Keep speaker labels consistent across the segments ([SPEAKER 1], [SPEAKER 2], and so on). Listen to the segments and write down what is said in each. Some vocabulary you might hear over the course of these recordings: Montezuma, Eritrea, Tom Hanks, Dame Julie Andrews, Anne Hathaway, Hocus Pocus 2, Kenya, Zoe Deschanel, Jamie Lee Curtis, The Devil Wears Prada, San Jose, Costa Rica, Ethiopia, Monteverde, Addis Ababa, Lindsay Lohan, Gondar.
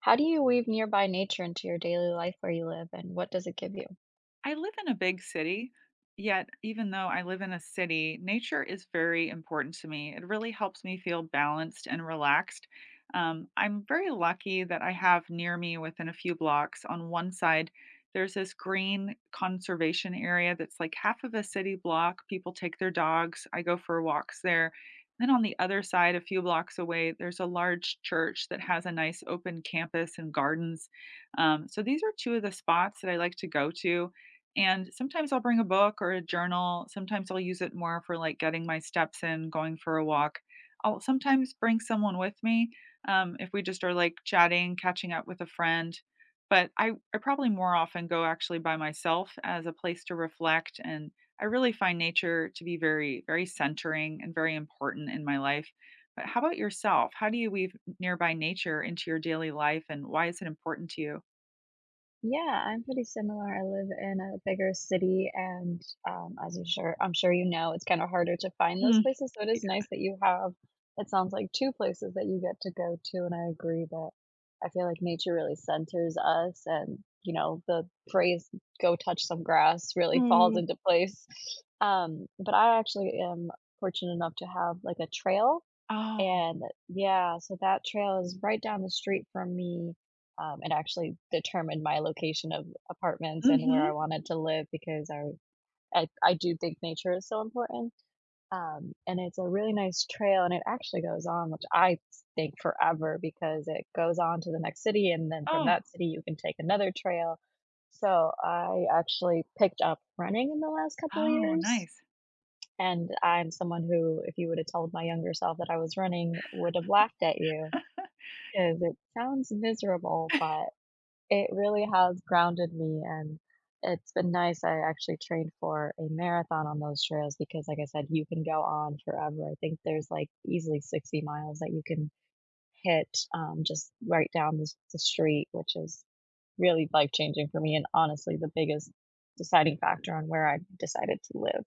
[SPEAKER 1] How do you weave nearby nature into your daily life where you live, and what does it give you?
[SPEAKER 2] I live in a big city, yet even though I live in a city, nature is very important to me. It really helps me feel balanced and relaxed. I'm very lucky that I have near me within a few blocks on one side, there's this green conservation area that's like half of a city block. People take their dogs. I go for walks there. Then on the other side, a few blocks away, there's a large church that has a nice open campus and gardens. So these are two of the spots that I like to go to and sometimes I'll bring a book or a journal. Sometimes I'll use it more for like getting my steps in, going for a walk. I'll sometimes bring someone with me if we just are like chatting, catching up with a friend. But I probably more often go actually by myself as a place to reflect. And I really find nature to be very, very centering and very important in my life. But how about yourself? How do you weave nearby nature into your daily life and why is it important to you?
[SPEAKER 1] Yeah, I'm pretty similar. I live in a bigger city, and I'm sure you know, it's kind of harder to find those
[SPEAKER 2] Mm.
[SPEAKER 1] places. So it is nice that it sounds like two places that you get to go to. And I agree that I feel like nature really centers us, and the phrase "go touch some grass" really falls
[SPEAKER 2] Mm.
[SPEAKER 1] into place. But I actually am fortunate enough to have like a trail.
[SPEAKER 2] Oh.
[SPEAKER 1] And, yeah, so that trail is right down the street from me. It actually determined my location of apartments and where I
[SPEAKER 2] Hmm.
[SPEAKER 1] wanted to live because I do think nature is so important. And it's a really nice trail, and it actually goes on, which I think forever because it goes on to the next city, and then from
[SPEAKER 2] Oh,
[SPEAKER 1] that city you can take another trail. So I actually picked up running in the last couple of
[SPEAKER 2] oh,
[SPEAKER 1] years,
[SPEAKER 2] nice.
[SPEAKER 1] and I'm someone who, if you would have told my younger self that I was running, would have laughed at you because it sounds miserable, but it really has grounded me. And it's been nice. I actually trained for a marathon on those trails because, like I said, you can go on forever. I think there's like easily 60 miles that you can hit, just right down the street, which is really life changing for me. And honestly, the biggest deciding factor on where I decided to live.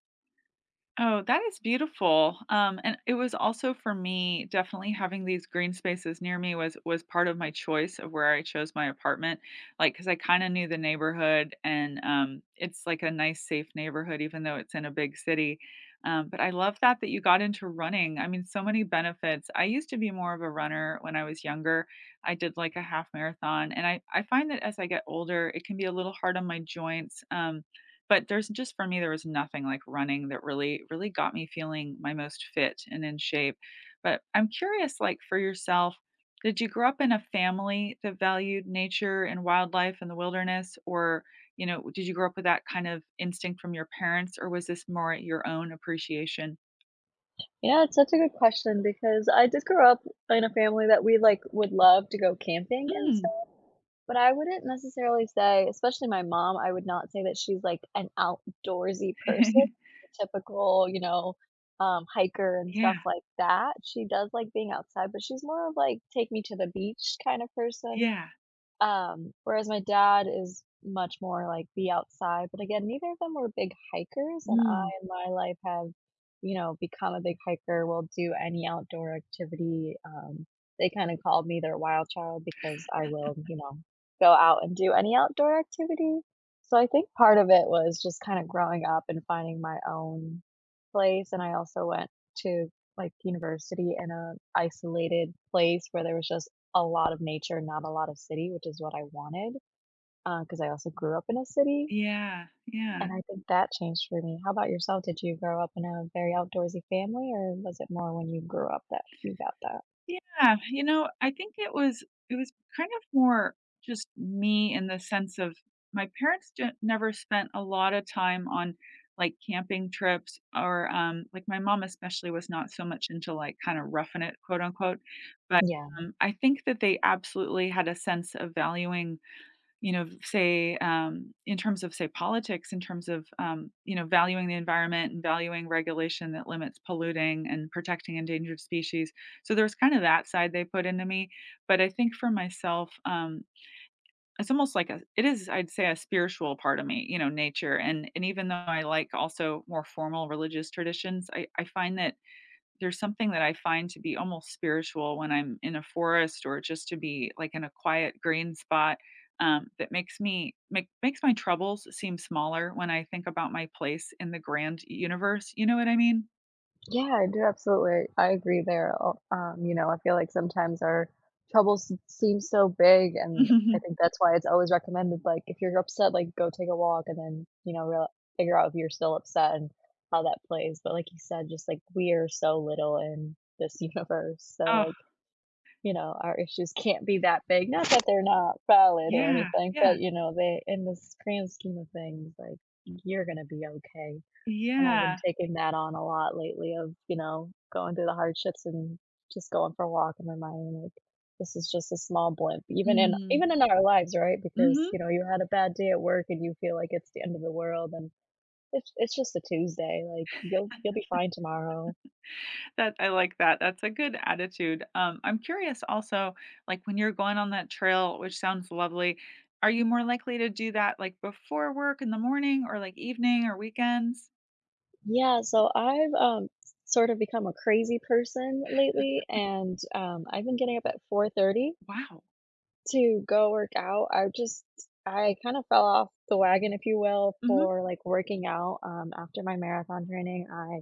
[SPEAKER 2] Oh, that is beautiful. And it was also for me, definitely having these green spaces near me was part of my choice of where I chose my apartment. Like because I kind of knew the neighborhood, and it's like a nice, safe neighborhood, even though it's in a big city. But I love that you got into running. I mean, so many benefits. I used to be more of a runner when I was younger. I did like a half marathon, and I find that as I get older, it can be a little hard on my joints. But there's just for me, there was nothing like running that really got me feeling my most fit and in shape. But I'm curious, like for yourself, did you grow up in a family that valued nature and wildlife and the wilderness? Or, you know, did you grow up with that kind of instinct from your parents, or was this more your own appreciation?
[SPEAKER 1] Yeah, it's such a good question because I did grow up in a family that we like would love to go camping and
[SPEAKER 2] Mm.
[SPEAKER 1] stuff, but I wouldn't necessarily say, especially my mom, I would not say that she's like an outdoorsy person, the typical, hiker and stuff
[SPEAKER 2] Yeah,
[SPEAKER 1] like that. She does like being outside, but she's more of like take me to the beach kind of person.
[SPEAKER 2] yeah.
[SPEAKER 1] Whereas my dad is much more like be outside, but again, neither of them were big hikers, and I
[SPEAKER 2] Mm.
[SPEAKER 1] in my life have, become a big hiker, will do any outdoor activity. They kind of called me their wild child because I will, go out and do any outdoor activity. So I think part of it was just kind of growing up and finding my own place. And I also went to like university in a isolated place where there was just a lot of nature, not a lot of city, which is what I wanted, because I also grew up in a city,
[SPEAKER 2] Yeah,
[SPEAKER 1] and
[SPEAKER 2] yeah.
[SPEAKER 1] I think that changed for me. How about yourself? Did you grow up in a very outdoorsy family, or was it more when you grew up that you got that?
[SPEAKER 2] Yeah, you know, I think it was kind of more just me in the sense of my parents ju never spent a lot of time on, like, camping trips or, like, my mom especially was not so much into, like, kinda "roughing it," quote, unquote, but,
[SPEAKER 1] Yeah.
[SPEAKER 2] I think that they absolutely had a sense of valuing you know, say, in terms of, say, politics, in terms of, you know, valuing the environment and valuing regulation that limits polluting and protecting endangered species. So there's kind of that side they put into me. But I think for myself, it's almost like it is, I'd say, a spiritual part of me, you know, nature. And even though I like also more formal religious traditions, I find that there's something that I find to be almost spiritual when I'm in a forest or just to be like in a quiet green spot that makes me make makes my troubles seem smaller when I think about my place in the grand universe. You know what I mean?
[SPEAKER 1] Yeah, I do absolutely. I agree there. I feel like sometimes our troubles seem so big, and I think that's why it's always recommended. Like, if you're upset, like go take a walk, and then real figure out if you're still upset and how that plays. But like you said, just like we are so little in this universe, so like
[SPEAKER 2] Oh,
[SPEAKER 1] our issues can't be that big. Not that they're not valid or
[SPEAKER 2] yeah,
[SPEAKER 1] anything,
[SPEAKER 2] yeah,
[SPEAKER 1] but they in the grand scheme of things, like you're gonna be okay. And I've been
[SPEAKER 2] yeah.
[SPEAKER 1] taking that on a lot lately of, going through the hardships and just going for a walk and reminding like this is just a small blimp, even in
[SPEAKER 2] Mm.
[SPEAKER 1] even in our lives, right? Because,
[SPEAKER 2] Mhm.
[SPEAKER 1] you had a bad day at work and you feel like it's the end of the world, and it's just a Tuesday. Like you'll be fine tomorrow.
[SPEAKER 2] That I like that. That's a good attitude. I'm curious also, like when you're going on that trail, which sounds lovely, are you more likely to do that like before work in the morning or like evening or weekends?
[SPEAKER 1] Yeah, so I've sort of become a crazy person lately, and I've been getting up at 4:30
[SPEAKER 2] Wow.
[SPEAKER 1] to go work out. I kind of fell off the wagon, if you will,
[SPEAKER 2] Mhm.
[SPEAKER 1] for like working out. After my marathon training, I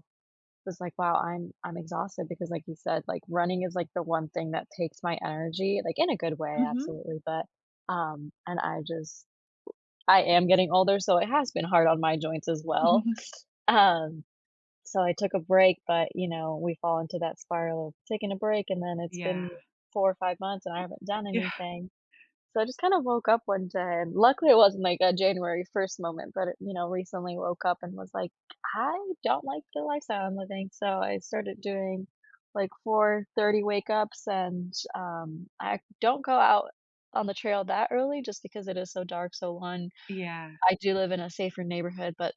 [SPEAKER 1] was like, wow, I'm exhausted because, like you said, like running is like the one thing that takes my energy, like in a good way,
[SPEAKER 2] Mhm.
[SPEAKER 1] absolutely. But and I just I am getting older, so it has been hard on my joints as well. Um, so I took a break, but we fall into that spiral of taking a break, and then it's
[SPEAKER 2] Yeah.
[SPEAKER 1] been 4 or 5 months, and I
[SPEAKER 2] Y-
[SPEAKER 1] haven't done
[SPEAKER 2] Yeah.
[SPEAKER 1] anything. So I just kind of woke up one day, and luckily it wasn't like a January 1st moment, but it recently woke up and was like, I don't like the lifestyle I'm living. So I started doing like 4:30 wake ups, and I don't go out on the trail that early just because it is so dark. So one,
[SPEAKER 2] Yeah.
[SPEAKER 1] I do live in a safer neighborhood, but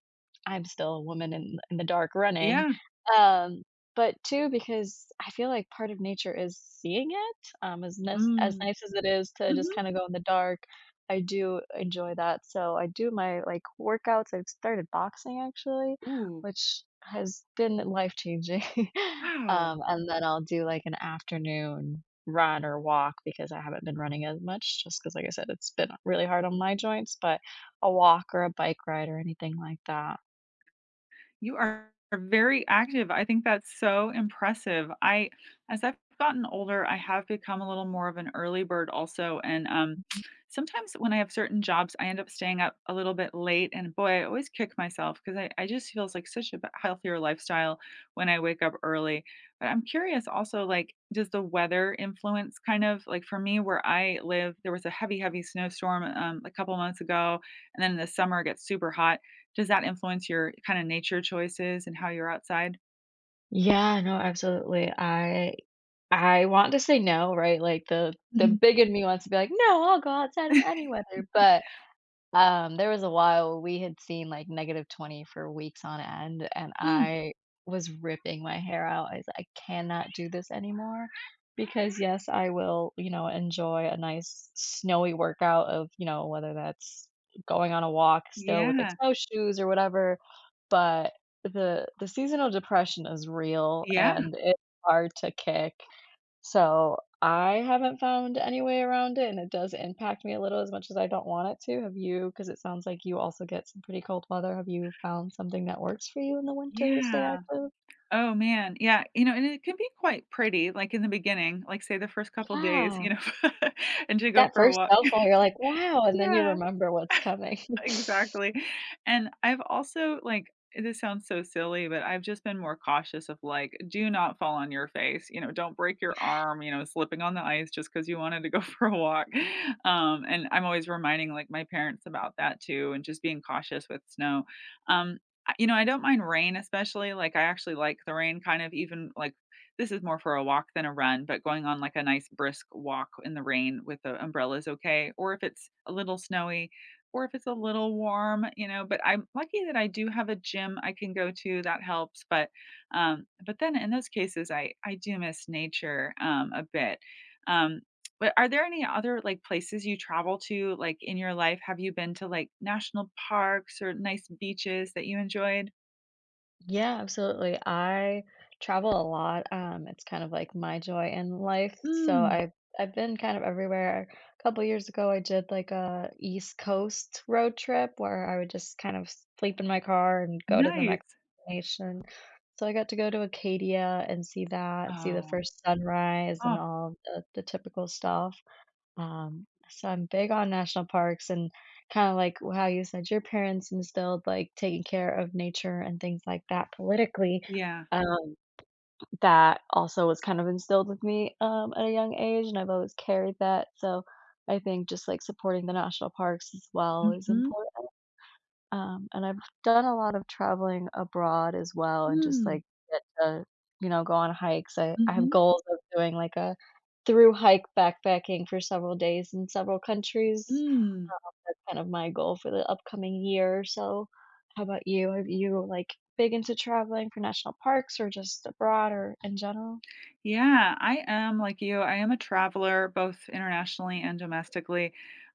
[SPEAKER 1] I'm still a woman in the dark running.
[SPEAKER 2] Yeah.
[SPEAKER 1] Um, but 2, because I feel like part of nature is seeing it, as
[SPEAKER 2] Mm.
[SPEAKER 1] nice as it is to just
[SPEAKER 2] Mhm.
[SPEAKER 1] kinda go in the dark, I do enjoy that, so I do my, like, workouts. I've started boxing actually,
[SPEAKER 2] Ooh.
[SPEAKER 1] which has been life-changing.
[SPEAKER 2] Wow.
[SPEAKER 1] And then I'll do, like, an afternoon run or walk because I haven't been running as much just because, like I said, it's been really hard on my joints, but a walk or a bike ride or anything like that?
[SPEAKER 2] You are very active. I think that's so impressive. I as I've gotten older, I have become a little more of an early bird also, and, sometimes when I have certain jobs, I end up staying up a little bit late, and boy, I always kick myself 'cause I just feels like such a b healthier lifestyle when I wake up early. But I'm curious also, like, does the weather influence kind of like, for me, where I live, there was a heavy, heavy snowstorm, a couple months ago, and then in the summer, it gets super hot. Does that influence your kind of nature choices and how you're outside?
[SPEAKER 1] Yeah, no, absolutely. I want to say no, right? Like the
[SPEAKER 2] Mhm.
[SPEAKER 1] big in me wants to be like, no, I'll go outside in any weather. But there was a while we had seen, like, -20 for weeks on end, and
[SPEAKER 2] Mm.
[SPEAKER 1] I was ripping my hair out. I was like, "I cannot do this anymore," because, yes, I will, enjoy a nice snowy workout of, whether that's going on a walk still with, like,
[SPEAKER 2] Yeah.
[SPEAKER 1] snowshoes or whatever, but the seasonal depression is real,
[SPEAKER 2] Yeah,
[SPEAKER 1] and it's hard to kick. So I haven't found any way around it, and it does impact me a little as much as I don't want it to. Have you, because it sounds like you also get some pretty cold weather, have you found something that works for you in the winter to stay
[SPEAKER 2] yeah.
[SPEAKER 1] active?
[SPEAKER 2] Oh, man, yeah, you know, and it can be quite pretty, like, in the beginning, like, say, the first couple days,
[SPEAKER 1] Yeah.
[SPEAKER 2] you know, and to
[SPEAKER 1] It's
[SPEAKER 2] go
[SPEAKER 1] that
[SPEAKER 2] for a
[SPEAKER 1] first
[SPEAKER 2] walk.
[SPEAKER 1] snowfall, you're like, wow, and then you
[SPEAKER 2] Yeah.
[SPEAKER 1] remember what's coming.
[SPEAKER 2] Exactly. And I've also, like this sounds so silly, but I've just been more cautious of like, do not fall on your face. You know, don't break your arm, you know, slipping on the ice just because you wanted to go for a walk. And I'm always reminding like my parents about that too, and just being cautious with snow. Um, I- you know, I don't mind rain, especially like I actually like the rain kind of even like this is more for a walk than a run, but going on like a nice brisk walk in the rain with the umbrella is okay. Or if it's a little snowy, or if it's a little warm, you know, but I'm lucky that I do have a gym I can go to that helps, but then in those cases, I do miss nature, a bit. Um, but are there any other, like, places you travel to, like, in your life? Have you been to, like, national parks or nice beaches that you enjoyed?
[SPEAKER 1] Yeah, absolutely. I travel a lot. It's kind of like my joy in life. So
[SPEAKER 2] Mm,
[SPEAKER 1] I've been kind of everywhere. A couple years ago, I did like a East Coast road trip where I would just kind of sleep in my car and go to the next
[SPEAKER 2] nice.
[SPEAKER 1] nation. So I got to go to Acadia and see that and see the
[SPEAKER 2] Oh,
[SPEAKER 1] first sunrise and
[SPEAKER 2] oh,
[SPEAKER 1] all the typical stuff. So I'm big on national parks and kind of like how you said your parents instilled like taking care of nature and things like that politically.
[SPEAKER 2] yeah.
[SPEAKER 1] Um, that also was kind of instilled with me, at a young age, and I've always carried that. So I think just like supporting the national parks as well is
[SPEAKER 2] Mhm.
[SPEAKER 1] important. And I've done a lot of traveling abroad as well and just,
[SPEAKER 2] Mm,
[SPEAKER 1] like, get to, go on hikes. I have
[SPEAKER 2] mhm,
[SPEAKER 1] goals of doing, like, a through hike backpacking for several days in several countries.
[SPEAKER 2] mm.
[SPEAKER 1] That's kind of my goal for the upcoming year or so. How about you? Are you, like, big into traveling for national parks or just abroad or in general?
[SPEAKER 2] Yeah, I am like you. I am a traveler both internationally and domestically.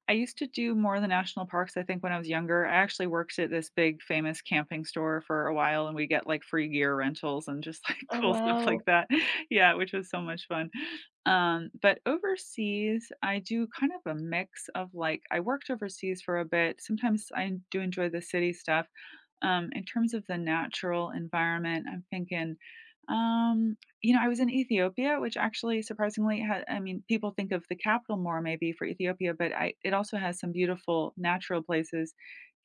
[SPEAKER 2] I used to do more of the national parks, I think, when I was younger. I actually worked at this big famous camping store for a while and we get like free gear rentals and just like
[SPEAKER 1] Oh,
[SPEAKER 2] cool stuff
[SPEAKER 1] wow.
[SPEAKER 2] like that. Yeah, which was so much fun. But overseas, I do kind of a mix of like I worked overseas for a bit. Sometimes I do enjoy the city stuff in terms of the natural environment, I'm thinking, um, you know, I was in Ethiopia, which actually surprisingly had, I mean, people think of the capital more maybe for Ethiopia, but it also has some beautiful natural places.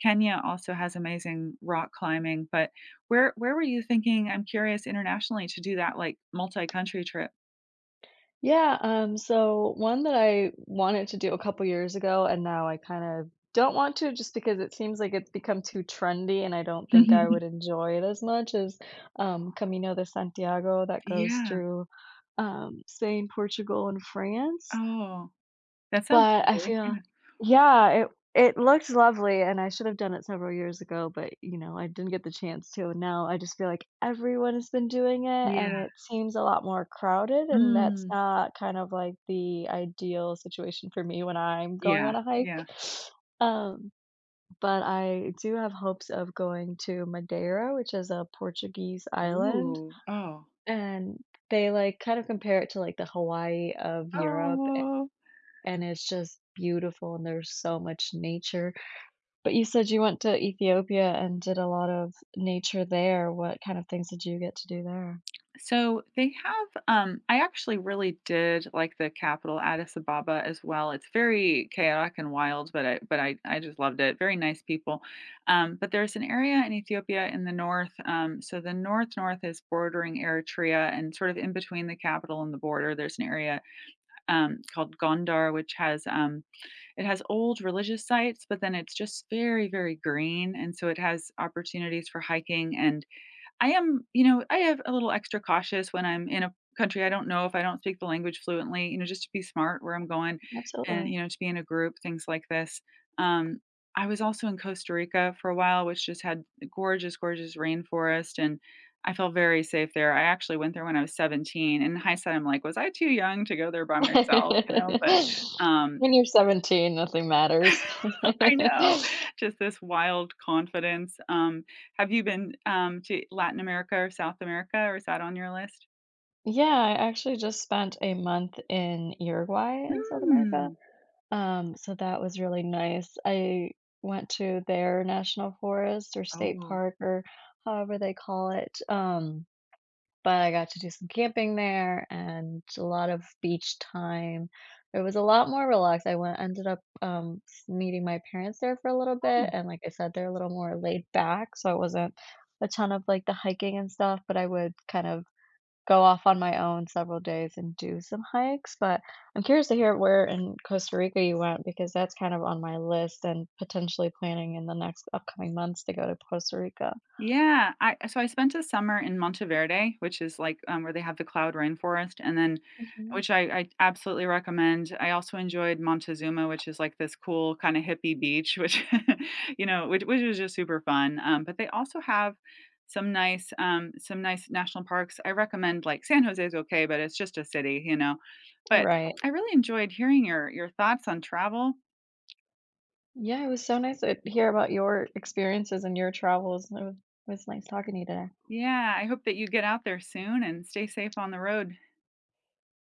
[SPEAKER 2] Kenya also has amazing rock climbing, but where were you thinking? I'm curious internationally to do that like multi-country trip.
[SPEAKER 1] Yeah, so one that I wanted to do a couple years ago and now I kind of don't want to just because it seems like it's become too trendy and I don't think I would enjoy it as much as, Camino de Santiago that goes
[SPEAKER 2] Yeah.
[SPEAKER 1] through Spain, Portugal, and France.
[SPEAKER 2] Oh, that sounds
[SPEAKER 1] But I
[SPEAKER 2] lovely.
[SPEAKER 1] feel
[SPEAKER 2] Yeah.
[SPEAKER 1] yeah, it looked lovely, and I should have done it several years ago, but, I didn't get the chance to, and now I just feel like everyone has been doing it, and
[SPEAKER 2] Yeah.
[SPEAKER 1] it seems a lot more crowded, and that's
[SPEAKER 2] Mm.
[SPEAKER 1] not kind of like the ideal situation for me when I'm going on
[SPEAKER 2] Yeah.
[SPEAKER 1] a hike.
[SPEAKER 2] Yeah.
[SPEAKER 1] Um, but I do have hopes of going to Madeira, which is a Portuguese island,
[SPEAKER 2] Ooh. Oh.
[SPEAKER 1] and they, like, kind of compare it to, like, the Hawaii of Europe,
[SPEAKER 2] Oh.
[SPEAKER 1] and it's just beautiful and there's so much nature. But you said you went to Ethiopia and did a lot of nature there. What kind of things did you get to do there?
[SPEAKER 2] So they have I actually really did like the capital Addis Ababa as well. It's very chaotic and wild, but I I just loved it. Very nice people. But there's an area in Ethiopia in the north. So the north is bordering Eritrea and sort of in between the capital and the border there's an area called Gondar which has it has old religious sites, but then it's just very green and so it has opportunities for hiking and I am you know, I have a little extra cautious when I'm in a country I don't know if I don't speak the language fluently, you know, just to be smart where I'm going and,
[SPEAKER 1] Absolutely.
[SPEAKER 2] you know, to be in a group, things like this. Um, I was also in Costa Rica for a while, which just had gorgeous, gorgeous rainforest, and I felt very safe there. I actually went there when I was 17. In hindsight, I'm like, "Was I too young to go there by myself?" You know? But, um,
[SPEAKER 1] When you're 17, nothing matters.
[SPEAKER 2] I know, just this wild confidence. Have you been, to Latin America or South America, or is that on your list?
[SPEAKER 1] Yeah, I actually just spent a month in Uruguay in South America.
[SPEAKER 2] Mm.
[SPEAKER 1] So that was really nice. I went to their national forest or state
[SPEAKER 2] Oh.
[SPEAKER 1] park or however they call it. But I got to do some camping there and a lot of beach time. It was a lot more relaxed. I went ended up, s meeting my parents there for a little bit,
[SPEAKER 2] Oh.
[SPEAKER 1] and like I said, they're a little more laid back, so it wasn't a ton of, like, the hiking and stuff, but I would kind of go off on my own several days and do some hikes, but I'm curious to hear where in Costa Rica you went because that's kind of on my list and potentially planning in the next upcoming months to go to Costa Rica.
[SPEAKER 2] Yeah, I so I spent a summer in Monteverde, which is like, where they have the cloud rainforest, and then
[SPEAKER 1] Mhm.
[SPEAKER 2] which I absolutely recommend. I also enjoyed Montezuma, which is like this cool kinda hippie beach, which, you know, which was just super fun, but they also have some nice national parks. I recommend, like, San Jose is okay, but it's just a city, you know? But
[SPEAKER 1] Right.
[SPEAKER 2] I really enjoyed hearing your thoughts on travel.
[SPEAKER 1] Yeah, it was so nice to hear about your experiences and your travels. It was nice talking to you today.
[SPEAKER 2] Yeah, I hope that you get out there soon and stay safe on the road.